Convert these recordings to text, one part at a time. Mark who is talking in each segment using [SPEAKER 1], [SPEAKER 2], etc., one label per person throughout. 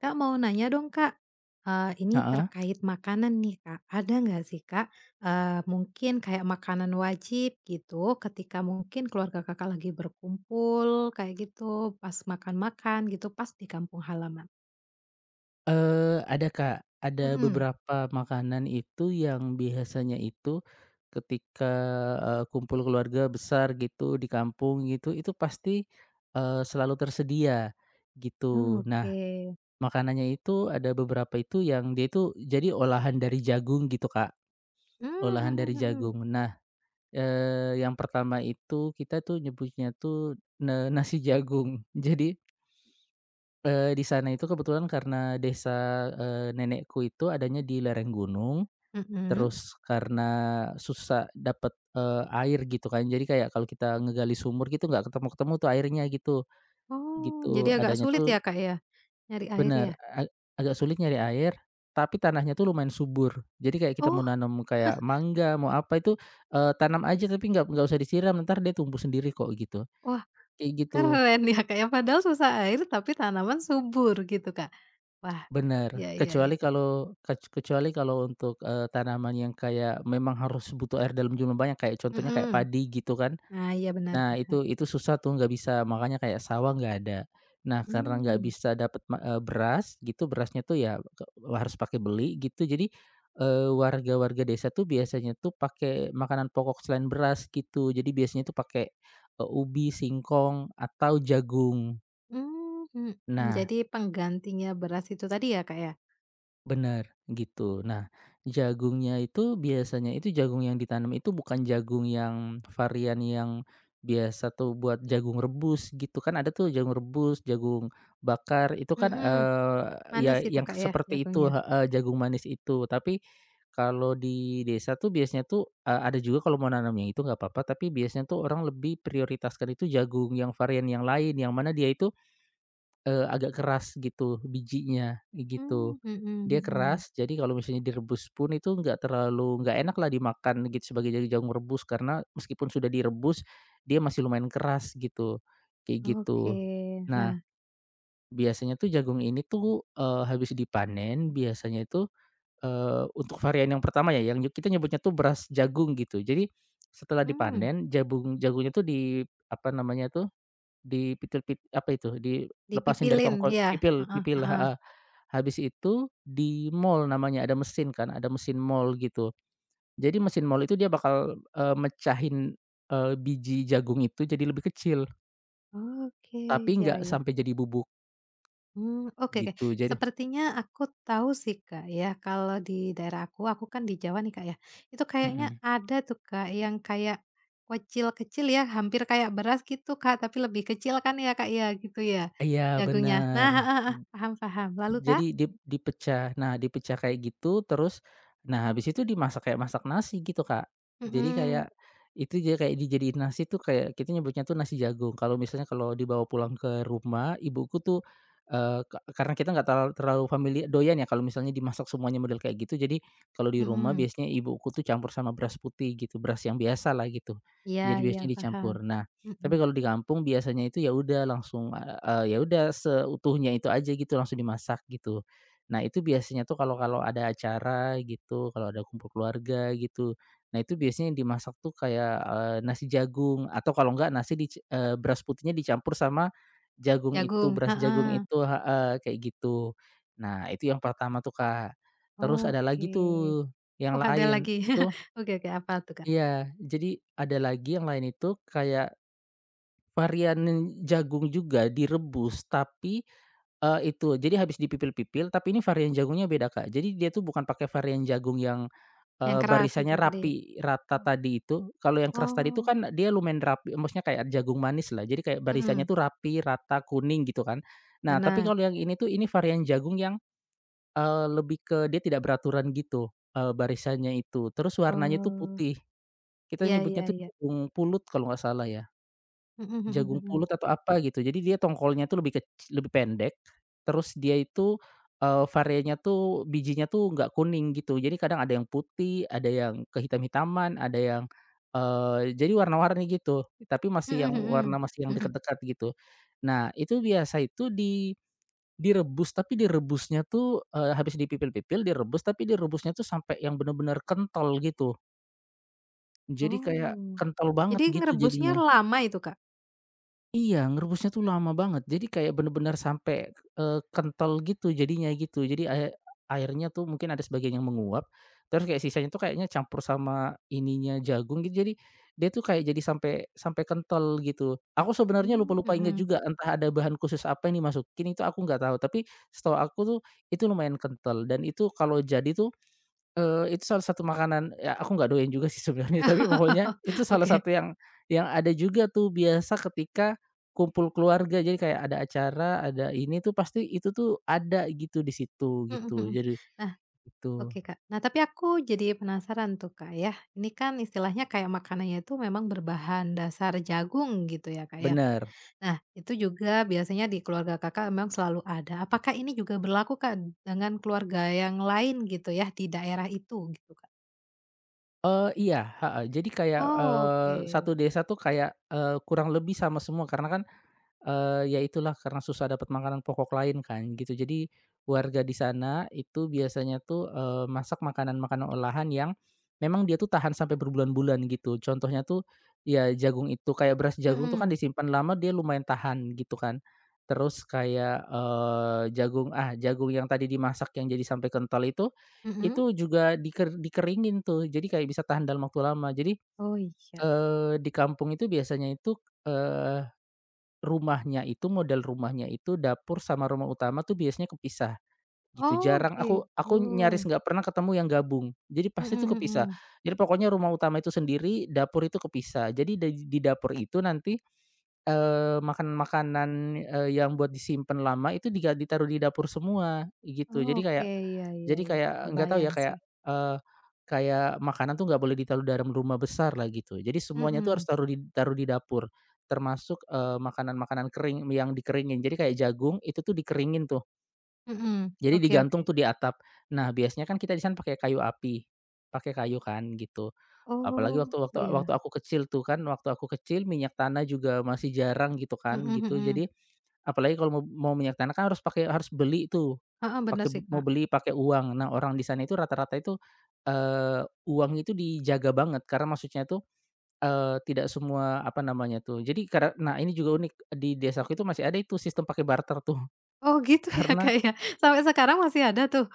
[SPEAKER 1] Kak, mau nanya dong, Kak, ini
[SPEAKER 2] Heeh.
[SPEAKER 1] terkait makanan nih, Kak. Ada nggak sih, Kak, mungkin kayak makanan wajib gitu ketika mungkin keluarga Kakak lagi berkumpul kayak gitu, pas makan-makan gitu, pas di kampung halaman?
[SPEAKER 2] Ada, Kak, ada
[SPEAKER 1] Mhm.
[SPEAKER 2] beberapa makanan itu yang biasanya itu ketika, kumpul keluarga besar gitu di kampung gitu, itu pasti, selalu tersedia gitu. Nah,
[SPEAKER 1] Oke.
[SPEAKER 2] makanannya itu ada beberapa itu yang dia itu jadi olahan dari jagung gitu, Kak,
[SPEAKER 1] Mmm,
[SPEAKER 2] olahan
[SPEAKER 1] mhm
[SPEAKER 2] dari
[SPEAKER 1] mhm.
[SPEAKER 2] jagung. Nah, yang pertama itu kita tuh nyebutnya tuh, nasi jagung. Jadi, di sana itu kebetulan karena desa, nenekku itu adanya di lereng gunung,
[SPEAKER 1] Mhm.
[SPEAKER 2] terus karena susah dapet, air gitu, kan, jadi kayak kalau kita ngegali sumur gitu nggak ketemu-ketemu tuh airnya gitu,
[SPEAKER 1] Oh,
[SPEAKER 2] gitu.
[SPEAKER 1] jadi agak
[SPEAKER 2] Adanya
[SPEAKER 1] sulit
[SPEAKER 2] tuh
[SPEAKER 1] ya, Kak, ya, nyari air ya?
[SPEAKER 2] bener, a agak sulit nyari air, tapi tanahnya tuh lumayan subur. Jadi kayak kita
[SPEAKER 1] Oh,
[SPEAKER 2] mau nanam kayak mangga, mau apa itu, tanam aja tapi nggak usah disiram, entar dia tumbuh sendiri kok gitu,
[SPEAKER 1] wah
[SPEAKER 2] kayak gitu.
[SPEAKER 1] keren ya, Kak, ya, padahal susah air tapi tanaman subur gitu, Kak. Wah, iya
[SPEAKER 2] Benar,
[SPEAKER 1] iya iya.
[SPEAKER 2] kecuali kalau kecuali kalau untuk, tanaman yang kayak memang harus butuh air dalam jumlah banyak, kayak contohnya kayak
[SPEAKER 1] Mhm.
[SPEAKER 2] padi gitu, kan.
[SPEAKER 1] Ah, iya benar
[SPEAKER 2] Nah,
[SPEAKER 1] benar.
[SPEAKER 2] itu susah tuh, nggak bisa, makanya kayak sawah nggak ada. Nah, karena nggak
[SPEAKER 1] Mmm,
[SPEAKER 2] bisa dapat beras gitu, berasnya tuh ya ke harus pakai beli gitu, jadi, warga-warga desa tuh biasanya tuh pakai makanan pokok selain beras gitu, jadi biasanya tuh pakai, ubi, singkong, atau jagung.
[SPEAKER 1] mmm, mhm,
[SPEAKER 2] Nah,
[SPEAKER 1] jadi penggantinya beras itu tadi ya, Kak, ya?
[SPEAKER 2] benar gitu. Nah, jagungnya itu biasanya itu jagung yang ditanam itu bukan jagung yang varian yang biasa tuh buat jagung rebus gitu, kan, ada tuh jagung rebus, jagung bakar itu, kan,
[SPEAKER 1] Mhm,
[SPEAKER 2] ya
[SPEAKER 1] manis itu,
[SPEAKER 2] yang
[SPEAKER 1] Kak, ya
[SPEAKER 2] seperti itu,
[SPEAKER 1] jagungnya?
[SPEAKER 2] heeh, jagung manis itu. Tapi kalau di desa tuh biasanya tuh, ada juga kalau mau nanam yang itu nggak apa-apa, tapi biasanya tuh orang lebih prioritaskan itu jagung yang varian yang lain, yang mana dia itu agak keras gitu bijinya, gitu.
[SPEAKER 1] Mmm, mhm
[SPEAKER 2] Dia
[SPEAKER 1] mhm.
[SPEAKER 2] keras, jadi kalau misalnya direbus pun itu nggak terlalu, nggak enak lah dimakan gitu sebagai jagung rebus, karena meskipun sudah direbus dia masih lumayan keras gitu, kayak
[SPEAKER 1] Oke,
[SPEAKER 2] gitu.
[SPEAKER 1] nah,
[SPEAKER 2] Nah, biasanya tuh jagung ini tuh, habis dipanen biasanya itu, untuk varian yang pertama ya yang kita nyebutnya tuh beras jagung gitu. Jadi setelah
[SPEAKER 1] mmm,
[SPEAKER 2] dipanen jagungnya tuh di apa namanya tuh, Dipitil pit apa itu, dilepasin dari
[SPEAKER 1] dipipilin
[SPEAKER 2] tongkol,
[SPEAKER 1] ya?
[SPEAKER 2] pipil
[SPEAKER 1] Heeh
[SPEAKER 2] pipil,
[SPEAKER 1] heeh.
[SPEAKER 2] heeh. Habis itu di mall namanya, ada mesin, kan, ada mesin mall gitu. Jadi mesin mall itu dia bakal, mecahin, biji jagung itu jadi lebih kecil,
[SPEAKER 1] Oke,
[SPEAKER 2] tapi
[SPEAKER 1] iya
[SPEAKER 2] nggak
[SPEAKER 1] iya.
[SPEAKER 2] sampai jadi bubuk
[SPEAKER 1] Hmm oke oke.
[SPEAKER 2] gitu, jadi
[SPEAKER 1] Sepertinya aku tahu sih, Kak, ya, kalau di daerah aku kan di Jawa nih, Kak, ya, itu kayaknya
[SPEAKER 2] mhm.
[SPEAKER 1] ada tuh, Kak, yang kayak kecil kecil ya, hampir kayak beras gitu, Kak, tapi lebih kecil kan ya, Kak, ya, gitu ya,
[SPEAKER 2] Iya,
[SPEAKER 1] jagungnya? Nah
[SPEAKER 2] bener.
[SPEAKER 1] heeh heeh, paham paham. Lalu, Kak?
[SPEAKER 2] Jadi dipecah. Nah, dipecah kayak gitu, terus nah habis itu dimasak kayak masak nasi gitu, Kak. Jadi kayak
[SPEAKER 1] Mhm,
[SPEAKER 2] itu dia kayak dijadiin nasi tuh kayak kita nyebutnya tuh nasi jagung. Kalau misalnya kalau dibawa pulang ke rumah, ibuku tuh, karena kita nggak terlalu, famili doyan ya kalau misalnya dimasak semuanya model kayak gitu. Jadi kalau di rumah
[SPEAKER 1] mhm.
[SPEAKER 2] biasanya ibuku tuh campur sama beras putih gitu, beras yang biasa lah gitu.
[SPEAKER 1] Iya
[SPEAKER 2] Jadi
[SPEAKER 1] iya,
[SPEAKER 2] biasanya
[SPEAKER 1] paham.
[SPEAKER 2] dicampur. Nah,
[SPEAKER 1] Mhm,
[SPEAKER 2] tapi kalau di kampung biasanya itu ya udah langsung, ya udah seutuhnya itu aja gitu langsung dimasak gitu. Nah, itu biasanya tuh kalau kalau ada acara gitu, kalau ada kumpul keluarga gitu, nah itu biasanya yang dimasak tuh kayak, nasi jagung atau kalau enggak nasi dic beras putihnya dicampur sama jagung itu,
[SPEAKER 1] jagung,
[SPEAKER 2] beras jagung
[SPEAKER 1] heeh.
[SPEAKER 2] itu, heeh, kayak gitu. Nah, itu yang pertama tuh, Kak. Terus ada lagi
[SPEAKER 1] Oke.
[SPEAKER 2] tuh yang
[SPEAKER 1] Oh, ada
[SPEAKER 2] lain,
[SPEAKER 1] lagi.
[SPEAKER 2] itu
[SPEAKER 1] Oke oke, apa tuh, Kak?
[SPEAKER 2] iya, jadi ada lagi yang lain itu kayak varian jagung juga direbus, tapi, itu jadi habis dipipil-pipil, tapi ini varian jagungnya beda, Kak. Jadi dia tuh bukan pakai varian jagung yang,
[SPEAKER 1] Yang keras itu
[SPEAKER 2] barisannya
[SPEAKER 1] tadi?
[SPEAKER 2] rapi, rata tadi itu. Kalau yang keras tadi itu
[SPEAKER 1] Oh,
[SPEAKER 2] kan dia lumayan rapi, maksudnya kayak jagung manis lah. Jadi kayak
[SPEAKER 1] mhm,
[SPEAKER 2] barisannya tuh rapi, rata, kuning gitu, kan. Nah, tapi
[SPEAKER 1] benar.
[SPEAKER 2] kalau yang ini tuh ini varian jagung yang, lebih ke dia tidak beraturan gitu, barisannya itu. Terus warnanya tuh
[SPEAKER 1] Oh,
[SPEAKER 2] putih. Kita
[SPEAKER 1] iya iya
[SPEAKER 2] nyebutnya tuh
[SPEAKER 1] iya.
[SPEAKER 2] jagung pulut kalau nggak salah, ya.
[SPEAKER 1] Mhm mhm
[SPEAKER 2] Jagung
[SPEAKER 1] mhm.
[SPEAKER 2] pulut atau apa gitu. Jadi dia tongkolnya tuh lebih pendek, terus dia itu, varenya tuh bijinya tuh nggak kuning gitu. Jadi kadang ada yang putih, ada yang kehitam-hitaman, ada yang, jadi warna-warni gitu, tapi masih yang
[SPEAKER 1] Mhm
[SPEAKER 2] warna
[SPEAKER 1] mhm.
[SPEAKER 2] masih yang
[SPEAKER 1] Mhm.
[SPEAKER 2] dekat-dekat gitu. Nah itu biasa itu di direbus, tapi direbusnya tuh, habis dipipil-pipil direbus, tapi direbusnya tuh sampai yang bener-bener kental gitu. Jadi kayak
[SPEAKER 1] Oh,
[SPEAKER 2] kental banget
[SPEAKER 1] jadi
[SPEAKER 2] gitu
[SPEAKER 1] ngerebusnya
[SPEAKER 2] jadinya.
[SPEAKER 1] lama itu, Kak?
[SPEAKER 2] Iya, ngerebusnya tuh lama banget. Jadi kayak bener-bener sampai, kental gitu jadinya gitu. Jadi air airnya tuh mungkin ada sebagian yang menguap, terus kayak sisanya tuh kayaknya campur sama ininya jagung gitu. Jadi dia tuh kayak jadi sampai sampai kental gitu. Aku sebenarnya
[SPEAKER 1] Mmm,
[SPEAKER 2] lupa-lupa ingat
[SPEAKER 1] mhm.
[SPEAKER 2] juga entah ada bahan khusus apa yang dimasukin itu aku nggak tahu, tapi setahu aku tuh itu lumayan kental, dan itu kalau jadi tuh itu salah satu makanan ya aku nggak doyan juga sih sebenarnya, tapi pokoknya itu salah
[SPEAKER 1] Oke.
[SPEAKER 2] satu yang ada juga tuh biasa ketika kumpul keluarga. Jadi kayak ada acara, ada ini tuh pasti itu tuh ada gitu di situ,
[SPEAKER 1] Mhm
[SPEAKER 2] gitu.
[SPEAKER 1] mhm.
[SPEAKER 2] Jadi
[SPEAKER 1] Nah,
[SPEAKER 2] itu
[SPEAKER 1] oke, Kak. Nah, tapi aku jadi penasaran tuh, Kak, ya. Ini kan istilahnya kayak makanannya itu memang berbahan dasar jagung gitu ya, Kak, ya.
[SPEAKER 2] bener.
[SPEAKER 1] Nah, itu juga biasanya di keluarga Kakak memang selalu ada. Apakah ini juga berlaku, Kak, dengan keluarga yang lain gitu ya di daerah itu gitu, Kak?
[SPEAKER 2] Iya, heeh. Jadi kayak,
[SPEAKER 1] Oke.
[SPEAKER 2] satu desa tuh kayak, kurang lebih sama semua karena kan ya itulah karena susah dapat makanan pokok lain kan gitu. Jadi warga di sana itu biasanya tuh, masak makanan-makanan olahan yang memang dia tuh tahan sampai berbulan-bulan gitu. Contohnya tuh ya jagung itu kayak beras jagung tuh kan
[SPEAKER 1] Mhm,
[SPEAKER 2] disimpan lama dia lumayan tahan gitu, kan. Terus kayak, jagung ah, jagung yang tadi dimasak yang jadi sampai kental
[SPEAKER 1] mhm.
[SPEAKER 2] itu juga dikeringin tuh jadi kayak bisa tahan dalam waktu lama. Jadi,
[SPEAKER 1] Oh iya.
[SPEAKER 2] di kampung itu biasanya itu rumahnya itu, model rumahnya itu, dapur sama rumah utama tuh biasanya kepisah, gitu.
[SPEAKER 1] Oh
[SPEAKER 2] Jarang, aku
[SPEAKER 1] gitu.
[SPEAKER 2] aku nyaris nggak pernah ketemu yang gabung. Jadi pasti
[SPEAKER 1] Mhm
[SPEAKER 2] tuh kepisah.
[SPEAKER 1] mhm.
[SPEAKER 2] Jadi pokoknya rumah utama itu sendiri, dapur itu kepisah. Jadi da di dapur itu nanti, makanan-makanan, yang buat disimpan lama itu ditaruh di dapur semua, gitu.
[SPEAKER 1] Oke, iya iya
[SPEAKER 2] Jadi
[SPEAKER 1] iya, Kak,
[SPEAKER 2] kayak nggak tahu ya
[SPEAKER 1] kebayang
[SPEAKER 2] kayak,
[SPEAKER 1] sih.
[SPEAKER 2] eee, kayak makanan tuh nggak boleh ditaruh dalam rumah besar lah gitu. Jadi semuanya tuh harus
[SPEAKER 1] Mhm,
[SPEAKER 2] taruh di dapur, termasuk, makanan-makanan kering yang dikeringin. Jadi kayak jagung itu tuh dikeringin tuh,
[SPEAKER 1] mhm.
[SPEAKER 2] jadi
[SPEAKER 1] Oke oke.
[SPEAKER 2] digantung tuh di atap. Nah, biasanya kan kita di sana pakai kayu api, pakai kayu, kan, gitu. Apalagi
[SPEAKER 1] Oh
[SPEAKER 2] waktu waktu
[SPEAKER 1] iya.
[SPEAKER 2] waktu aku kecil tuh, kan, waktu aku kecil minyak tanah juga masih jarang gitu, kan,
[SPEAKER 1] Mhm
[SPEAKER 2] gitu.
[SPEAKER 1] mhm.
[SPEAKER 2] Jadi apalagi kalau mau mau minyak tanah kan harus pakai, harus beli tuh,
[SPEAKER 1] Heeh, bener
[SPEAKER 2] pakai
[SPEAKER 1] sih, Kak.
[SPEAKER 2] mau beli pakai uang. Nah, orang di sana itu rata-rata itu, uang itu dijaga banget karena maksudnya tuh, tidak semua apa namanya tuh jadi karena nah ini juga unik di desaku itu masih ada itu sistem pakai barter tuh
[SPEAKER 1] Oh gitu ya,
[SPEAKER 2] karena
[SPEAKER 1] Kak, ya? Sampai sekarang masih ada tuh?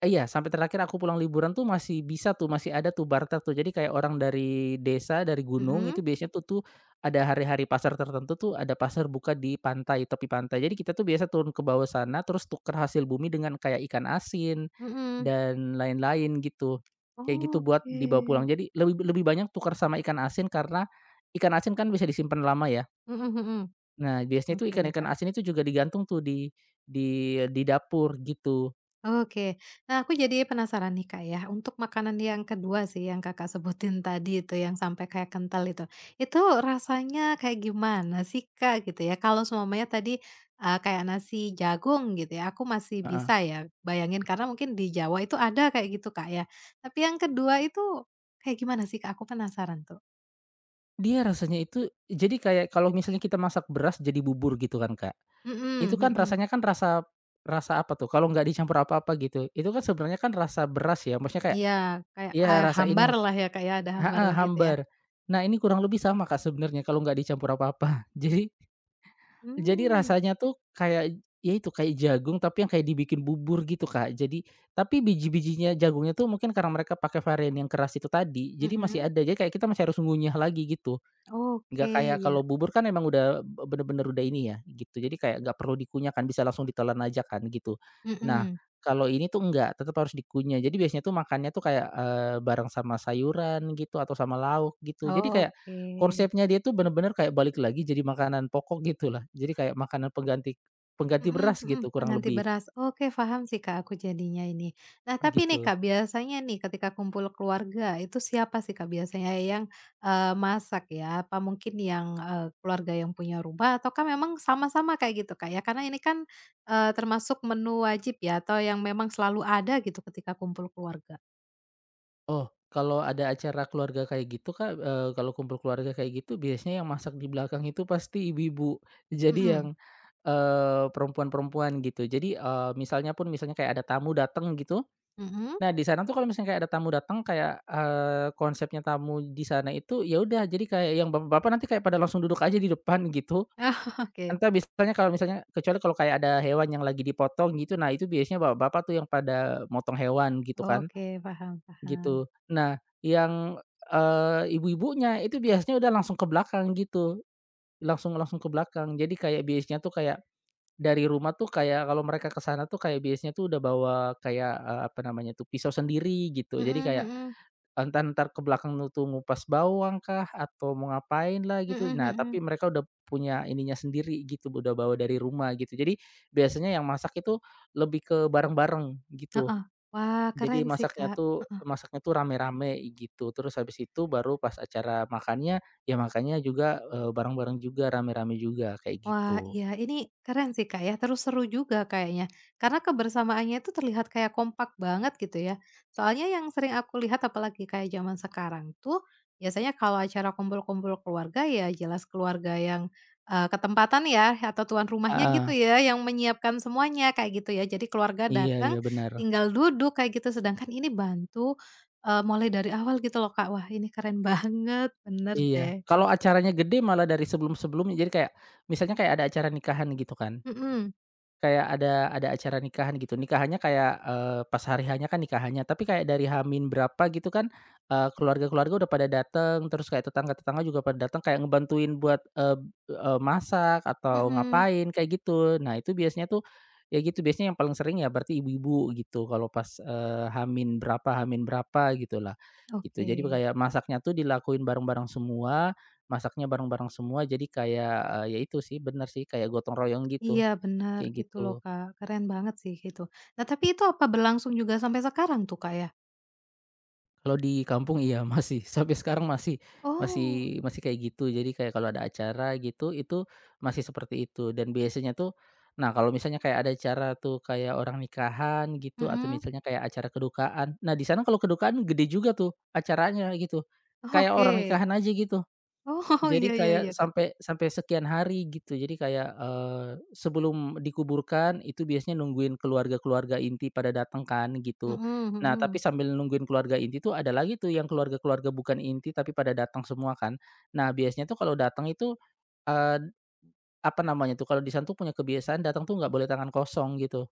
[SPEAKER 2] eh, iya, sampai terakhir aku pulang liburan tuh masih bisa tuh, masih ada tuh barter tuh. Jadi kayak orang dari desa, dari gunung
[SPEAKER 1] Mhm,
[SPEAKER 2] itu biasanya tuh tuh ada hari-hari pasar tertentu tuh ada pasar buka di pantai, tepi pantai. Jadi kita tuh biasa turun ke bawah sana terus tuker hasil bumi dengan kayak ikan asin
[SPEAKER 1] mhm.
[SPEAKER 2] dan lain-lain gitu. Kayak gitu buat
[SPEAKER 1] Oke.
[SPEAKER 2] dibawa pulang. Jadi lebih lebih banyak tukar sama ikan asin karena ikan asin kan bisa disimpan lama, ya.
[SPEAKER 1] Mhm mhm.
[SPEAKER 2] Nah, biasanya tuh
[SPEAKER 1] Oke nih,
[SPEAKER 2] ikan-ikan
[SPEAKER 1] Kak.
[SPEAKER 2] asin itu juga digantung tuh di di dapur gitu.
[SPEAKER 1] Oke. Nah, aku jadi penasaran nih, Kak, ya, untuk makanan yang kedua sih yang Kakak sebutin tadi itu yang sampai kayak kental itu. Itu rasanya kayak gimana sih, Kak, gitu ya? Kalau semuanya tadi, kayak nasi jagung gitu ya, aku masih
[SPEAKER 2] Heeh.
[SPEAKER 1] bisa ya bayangin karena mungkin di Jawa itu ada kayak gitu, Kak, ya. Tapi yang kedua itu kayak gimana sih, Kak? Aku penasaran tuh.
[SPEAKER 2] Dia rasanya itu jadi kayak kalau misalnya kita masak beras jadi bubur gitu, kan, Kak. Itu
[SPEAKER 1] Mhm
[SPEAKER 2] kan
[SPEAKER 1] mhm.
[SPEAKER 2] rasanya kan rasa rasa apa tuh, kalau nggak dicampur apa-apa gitu, itu kan sebenarnya kan rasa beras, ya, maksudnya kayak
[SPEAKER 1] Iya, kayak,
[SPEAKER 2] ya rasa ini,
[SPEAKER 1] hambar lah ya, Kak, ya, ada hambar
[SPEAKER 2] heeh,
[SPEAKER 1] gitu ya?
[SPEAKER 2] hambar. Nah, ini kurang lebih sama, Kak, sebenarnya kalau nggak dicampur apa-apa. Jadi
[SPEAKER 1] Mmm,
[SPEAKER 2] rasanya tuh kayak ya itu, kayak jagung tapi yang kayak dibikin bubur gitu, Kak. Jadi tapi biji-bijinya jagungnya tuh mungkin karena mereka pakai varian yang keras itu tadi, jadi masih
[SPEAKER 1] mhm.
[SPEAKER 2] ada, jadi kayak kita masih harus ngunyah lagi gitu. Nggak
[SPEAKER 1] Oke,
[SPEAKER 2] kayak
[SPEAKER 1] iya.
[SPEAKER 2] kalau bubur kan emang udah bener-bener udah ini, ya, gitu. Jadi kayak nggak perlu dikunyah, kan, bisa langsung ditelan aja, kan, gitu. Nah,
[SPEAKER 1] Mhm.
[SPEAKER 2] kalau ini tuh enggak, tetap harus dikunyah. Jadi biasanya tuh makannya tuh kayak, bareng sama sayuran gitu atau sama lauk gitu. Jadi kayak
[SPEAKER 1] Oke,
[SPEAKER 2] konsepnya dia tuh bener-bener kayak balik lagi jadi makanan pokok gitulah. Jadi kayak makanan pengganti pengganti
[SPEAKER 1] mhm
[SPEAKER 2] beras
[SPEAKER 1] mhm,
[SPEAKER 2] gitu kurang
[SPEAKER 1] pengganti
[SPEAKER 2] lebih,
[SPEAKER 1] beras. Oke, paham sih, Kak, aku jadinya ini. Nah, tapi nih,
[SPEAKER 2] gitu.
[SPEAKER 1] Kak, biasanya nih ketika kumpul keluarga itu siapa sih, Kak, biasanya yang, masak ya? Apa mungkin yang, keluarga yang punya rumah ataukah memang sama-sama kayak gitu, Kak, ya? Karena ini kan, termasuk menu wajib ya atau yang memang selalu ada gitu ketika kumpul keluarga?
[SPEAKER 2] Oh, kalau ada acara keluarga kayak gitu, Kak, kalau kumpul keluarga kayak gitu biasanya yang masak di belakang itu pasti ibu-ibu. Jadi yang,
[SPEAKER 1] Mhm,
[SPEAKER 2] perempuan-perempuan gitu. Jadi, misalnya pun misalnya kayak ada tamu datang gitu,
[SPEAKER 1] mhm?
[SPEAKER 2] nah di sana tuh kalau misalnya kayak ada tamu datang kayak, konsepnya tamu di sana itu ya udah jadi kayak yang bapak-bapak nanti kayak pada langsung duduk aja di depan gitu.
[SPEAKER 1] Oke
[SPEAKER 2] Entah biasanya kalau misalnya kecuali kalau kayak ada hewan yang lagi dipotong gitu, nah itu biasanya bapak-bapak tuh yang pada motong hewan gitu, kan.
[SPEAKER 1] oke, paham paham.
[SPEAKER 2] Gitu. Nah, yang, ibu-ibunya itu biasanya udah langsung ke belakang gitu, langsung langsung ke belakang. Jadi kayak biasanya tuh kayak dari rumah tuh kayak kalau mereka ke sana tuh kayak biasanya tuh udah bawa kayak, apa namanya tuh, pisau sendiri gitu. Jadi
[SPEAKER 1] Mhm
[SPEAKER 2] kayak
[SPEAKER 1] mhm,
[SPEAKER 2] entah entar ke belakang tuh ngupas bawang kah atau mau ngapain lah gitu.
[SPEAKER 1] mhm
[SPEAKER 2] Nah, tapi
[SPEAKER 1] mhm.
[SPEAKER 2] mereka udah punya ininya sendiri gitu, udah bawa dari rumah gitu. Jadi biasanya yang masak itu lebih ke bareng-bareng gitu.
[SPEAKER 1] Heeh. Wah,
[SPEAKER 2] Jadi
[SPEAKER 1] keren sih,
[SPEAKER 2] masaknya
[SPEAKER 1] Kak.
[SPEAKER 2] tuh
[SPEAKER 1] Heeh.
[SPEAKER 2] masaknya tuh rame-rame gitu, terus habis itu baru pas acara makannya, ya makannya juga, bareng-bareng juga, rame-rame juga, kayak
[SPEAKER 1] Wah,
[SPEAKER 2] gitu.
[SPEAKER 1] iya ini keren sih, Kak, ya, terus seru juga kayaknya. Karena kebersamaannya itu terlihat kayak kompak banget gitu ya. Soalnya yang sering aku lihat apalagi kayak zaman sekarang tuh, biasanya kalau acara kumpul-kumpul keluarga ya jelas keluarga yang, ketempatan ya atau tuan rumahnya
[SPEAKER 2] Heeh,
[SPEAKER 1] gitu ya yang menyiapkan semuanya kayak gitu ya. Jadi keluarga
[SPEAKER 2] iya
[SPEAKER 1] datang
[SPEAKER 2] iya benar.
[SPEAKER 1] tinggal duduk kayak gitu, sedangkan ini bantu, mulai dari awal gitu loh, Kak. Wah, ini keren banget, bener
[SPEAKER 2] Iya.
[SPEAKER 1] deh kayak
[SPEAKER 2] Kalau
[SPEAKER 1] gitu.
[SPEAKER 2] acaranya gede malah dari sebelum-sebelumnya, jadi kayak misalnya kayak ada acara nikahan gitu kan.
[SPEAKER 1] Mhm
[SPEAKER 2] Kayak ada acara nikahan gitu, nikahannya kayak, pas hari hanya kan nikahannya, tapi kayak dari hamin berapa gitu kan, keluarga-keluarga udah pada dateng, terus kayak tetangga-tetangga juga pada datang kayak ngebantuin buat, eee eee, masak atau
[SPEAKER 1] mhm.
[SPEAKER 2] ngapain kayak gitu. Nah itu biasanya tuh, ya gitu biasanya yang paling sering ya berarti ibu-ibu gitu kalau pas, h berapa hamin min berapa gitulah, gitu.
[SPEAKER 1] Oke.
[SPEAKER 2] Jadi kayak masaknya tuh dilakuin bareng-bareng semua, masaknya bareng-bareng semua jadi kayak, ya itu sih bener sih kayak gotong royong gitu,
[SPEAKER 1] Iya benar
[SPEAKER 2] kayak
[SPEAKER 1] gitu loh,
[SPEAKER 2] gitu.
[SPEAKER 1] Kak. Keren banget sih gitu. Nah tapi itu apa berlangsung juga sampai sekarang tuh, Kak, ya?
[SPEAKER 2] Kalau di kampung iya masih, sampai sekarang masih
[SPEAKER 1] Oh,
[SPEAKER 2] masih masih kayak gitu. Jadi kayak kalau ada acara gitu, itu masih seperti itu dan biasanya tuh nah kalau misalnya kayak ada acara tuh kayak orang nikahan gitu atau
[SPEAKER 1] mhm,
[SPEAKER 2] misalnya kayak acara kedukaan. Nah di sana kalau kedukaan gede juga tuh acaranya gitu, kayak
[SPEAKER 1] oke.
[SPEAKER 2] orang nikahan aja gitu.
[SPEAKER 1] Oh, iya
[SPEAKER 2] Jadi
[SPEAKER 1] iya iya,
[SPEAKER 2] kayak
[SPEAKER 1] Kak.
[SPEAKER 2] sampai sampai sekian hari gitu. Jadi kayak, sebelum dikuburkan itu biasanya nungguin keluarga-keluarga inti pada datang kan gitu.
[SPEAKER 1] Mhm
[SPEAKER 2] Nah,
[SPEAKER 1] mhm.
[SPEAKER 2] tapi sambil nungguin keluarga inti tuh ada lagi tuh yang keluarga-keluarga bukan inti tapi pada datang semua kan. Nah, biasanya tuh kalau datang itu, eee, apa namanya tuh, kalau di sana tuh punya kebiasaan datang tuh nggak boleh tangan kosong gitu.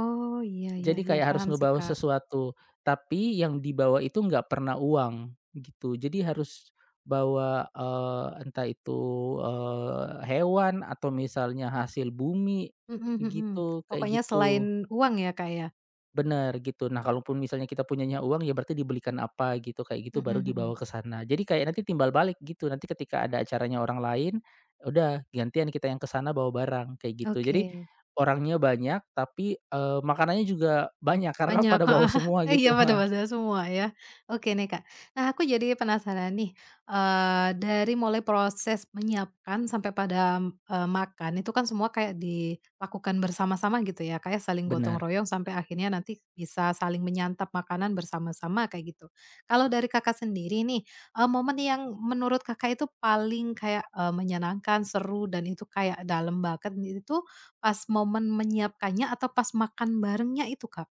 [SPEAKER 1] Oh, iya iya
[SPEAKER 2] Jadi
[SPEAKER 1] iya,
[SPEAKER 2] kayak harus
[SPEAKER 1] paham sih,
[SPEAKER 2] ngebawa
[SPEAKER 1] Kak.
[SPEAKER 2] sesuatu, tapi yang dibawa itu nggak pernah uang, gitu. Jadi harus bawa, entah itu, hewan atau misalnya hasil bumi,
[SPEAKER 1] Mhm mhm.
[SPEAKER 2] gitu, kayak
[SPEAKER 1] Pokoknya
[SPEAKER 2] gitu.
[SPEAKER 1] selain uang ya, Kak, ya?
[SPEAKER 2] Bener, gitu. Nah, kalaupun misalnya kita punyanya uang, ya berarti dibelikan apa gitu, kayak gitu,
[SPEAKER 1] Mhm
[SPEAKER 2] baru dibawa
[SPEAKER 1] mhm.
[SPEAKER 2] ke sana. Jadi kayak nanti timbal balik gitu, nanti ketika ada acaranya orang lain, ya udah gantian kita yang ke sana bawa barang, kayak gitu. Jadi
[SPEAKER 1] Oke.
[SPEAKER 2] orangnya banyak, tapi, makanannya juga banyak karena
[SPEAKER 1] Banyak,
[SPEAKER 2] pada bawa
[SPEAKER 1] heeh.
[SPEAKER 2] semua
[SPEAKER 1] Iya
[SPEAKER 2] gitu
[SPEAKER 1] pada
[SPEAKER 2] benar
[SPEAKER 1] masa semua ya. Oke nih Kak, nah aku jadi penasaran nih, dari mulai proses menyiapkan sampai pada, makan itu kan semua kayak dilakukan bersama-sama gitu ya Kak ya, saling gotong
[SPEAKER 2] bener.
[SPEAKER 1] royong sampai akhirnya nanti bisa saling menyantap makanan bersama-sama kayak gitu. Kalau dari Kakak sendiri nih, momen yang menurut Kakak itu paling kayak, menyenangkan, seru dan itu kayak dalam banget itu pas momen menyiapkannya atau pas makan barengnya itu Kak?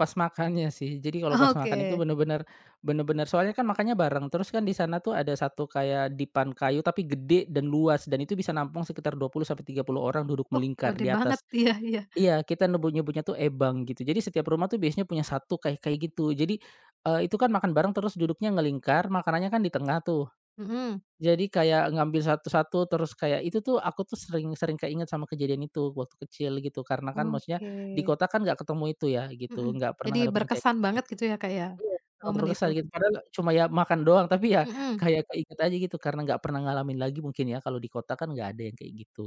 [SPEAKER 2] Pas makannya sih. Jadi kalau
[SPEAKER 1] Ah,
[SPEAKER 2] pas makan itu
[SPEAKER 1] oke.
[SPEAKER 2] bener-bener soalnya kan makannya bareng, terus kan di sana tuh ada satu kayak dipan kayu tapi gede dan luas dan itu bisa nampung sekitar 20 sampai 30 orang duduk
[SPEAKER 1] Oh,
[SPEAKER 2] melingkar
[SPEAKER 1] gede
[SPEAKER 2] di
[SPEAKER 1] banget.
[SPEAKER 2] atas.
[SPEAKER 1] Iya iya.
[SPEAKER 2] Iya, kita nyebutnya tuh ebang gitu. Jadi setiap rumah tuh biasanya punya satu kayak kayak gitu. Jadi, itu kan makan bareng terus duduknya ngelingkar, makanannya kan di tengah tuh.
[SPEAKER 1] Mhm.
[SPEAKER 2] Jadi kayak ngambil satu-satu terus kayak itu tuh aku tuh sering sering keinget sama kejadian itu waktu kecil gitu. Karena kan maksudnya
[SPEAKER 1] Oke.
[SPEAKER 2] di kota kan nggak ketemu itu ya gitu,
[SPEAKER 1] Mhm.
[SPEAKER 2] nggak pernah
[SPEAKER 1] Jadi
[SPEAKER 2] ngedapetin kayak
[SPEAKER 1] berkesan
[SPEAKER 2] gitu.
[SPEAKER 1] banget gitu ya, Kak, ya,
[SPEAKER 2] Iya, sangat
[SPEAKER 1] momen
[SPEAKER 2] berkesan
[SPEAKER 1] itu?
[SPEAKER 2] gitu. Padahal cuma ya makan doang, tapi ya
[SPEAKER 1] Mhm.
[SPEAKER 2] kayak keinget aja gitu karena nggak pernah ngalamin lagi mungkin ya, kalau di kota kan nggak ada yang kayak gitu,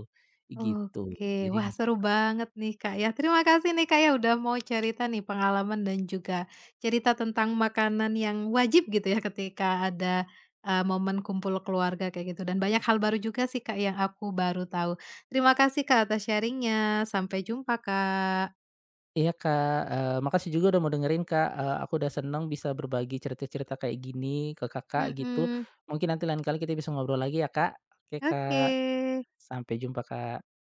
[SPEAKER 2] gitu.
[SPEAKER 1] Oke.
[SPEAKER 2] Jadi
[SPEAKER 1] Wah, seru banget nih, Kak, ya. Terima kasih nih, Kak, ya, udah mau cerita nih pengalaman dan juga cerita tentang makanan yang wajib gitu ya ketika ada, momen kumpul keluarga kayak gitu dan banyak hal baru juga sih, Kak, yang aku baru tahu. Terima kasih, Kak, atas sharing-nya. Sampai jumpa, Kak.
[SPEAKER 2] iya Kak, makasih juga udah mau dengerin Kak, aku udah seneng bisa berbagi cerita-cerita kayak gini ke Kakak gitu.
[SPEAKER 1] Mhm.
[SPEAKER 2] Mungkin nanti lain kali kita bisa ngobrol lagi ya Kak. Oke
[SPEAKER 1] Oke.
[SPEAKER 2] Kak, sampai jumpa Kak.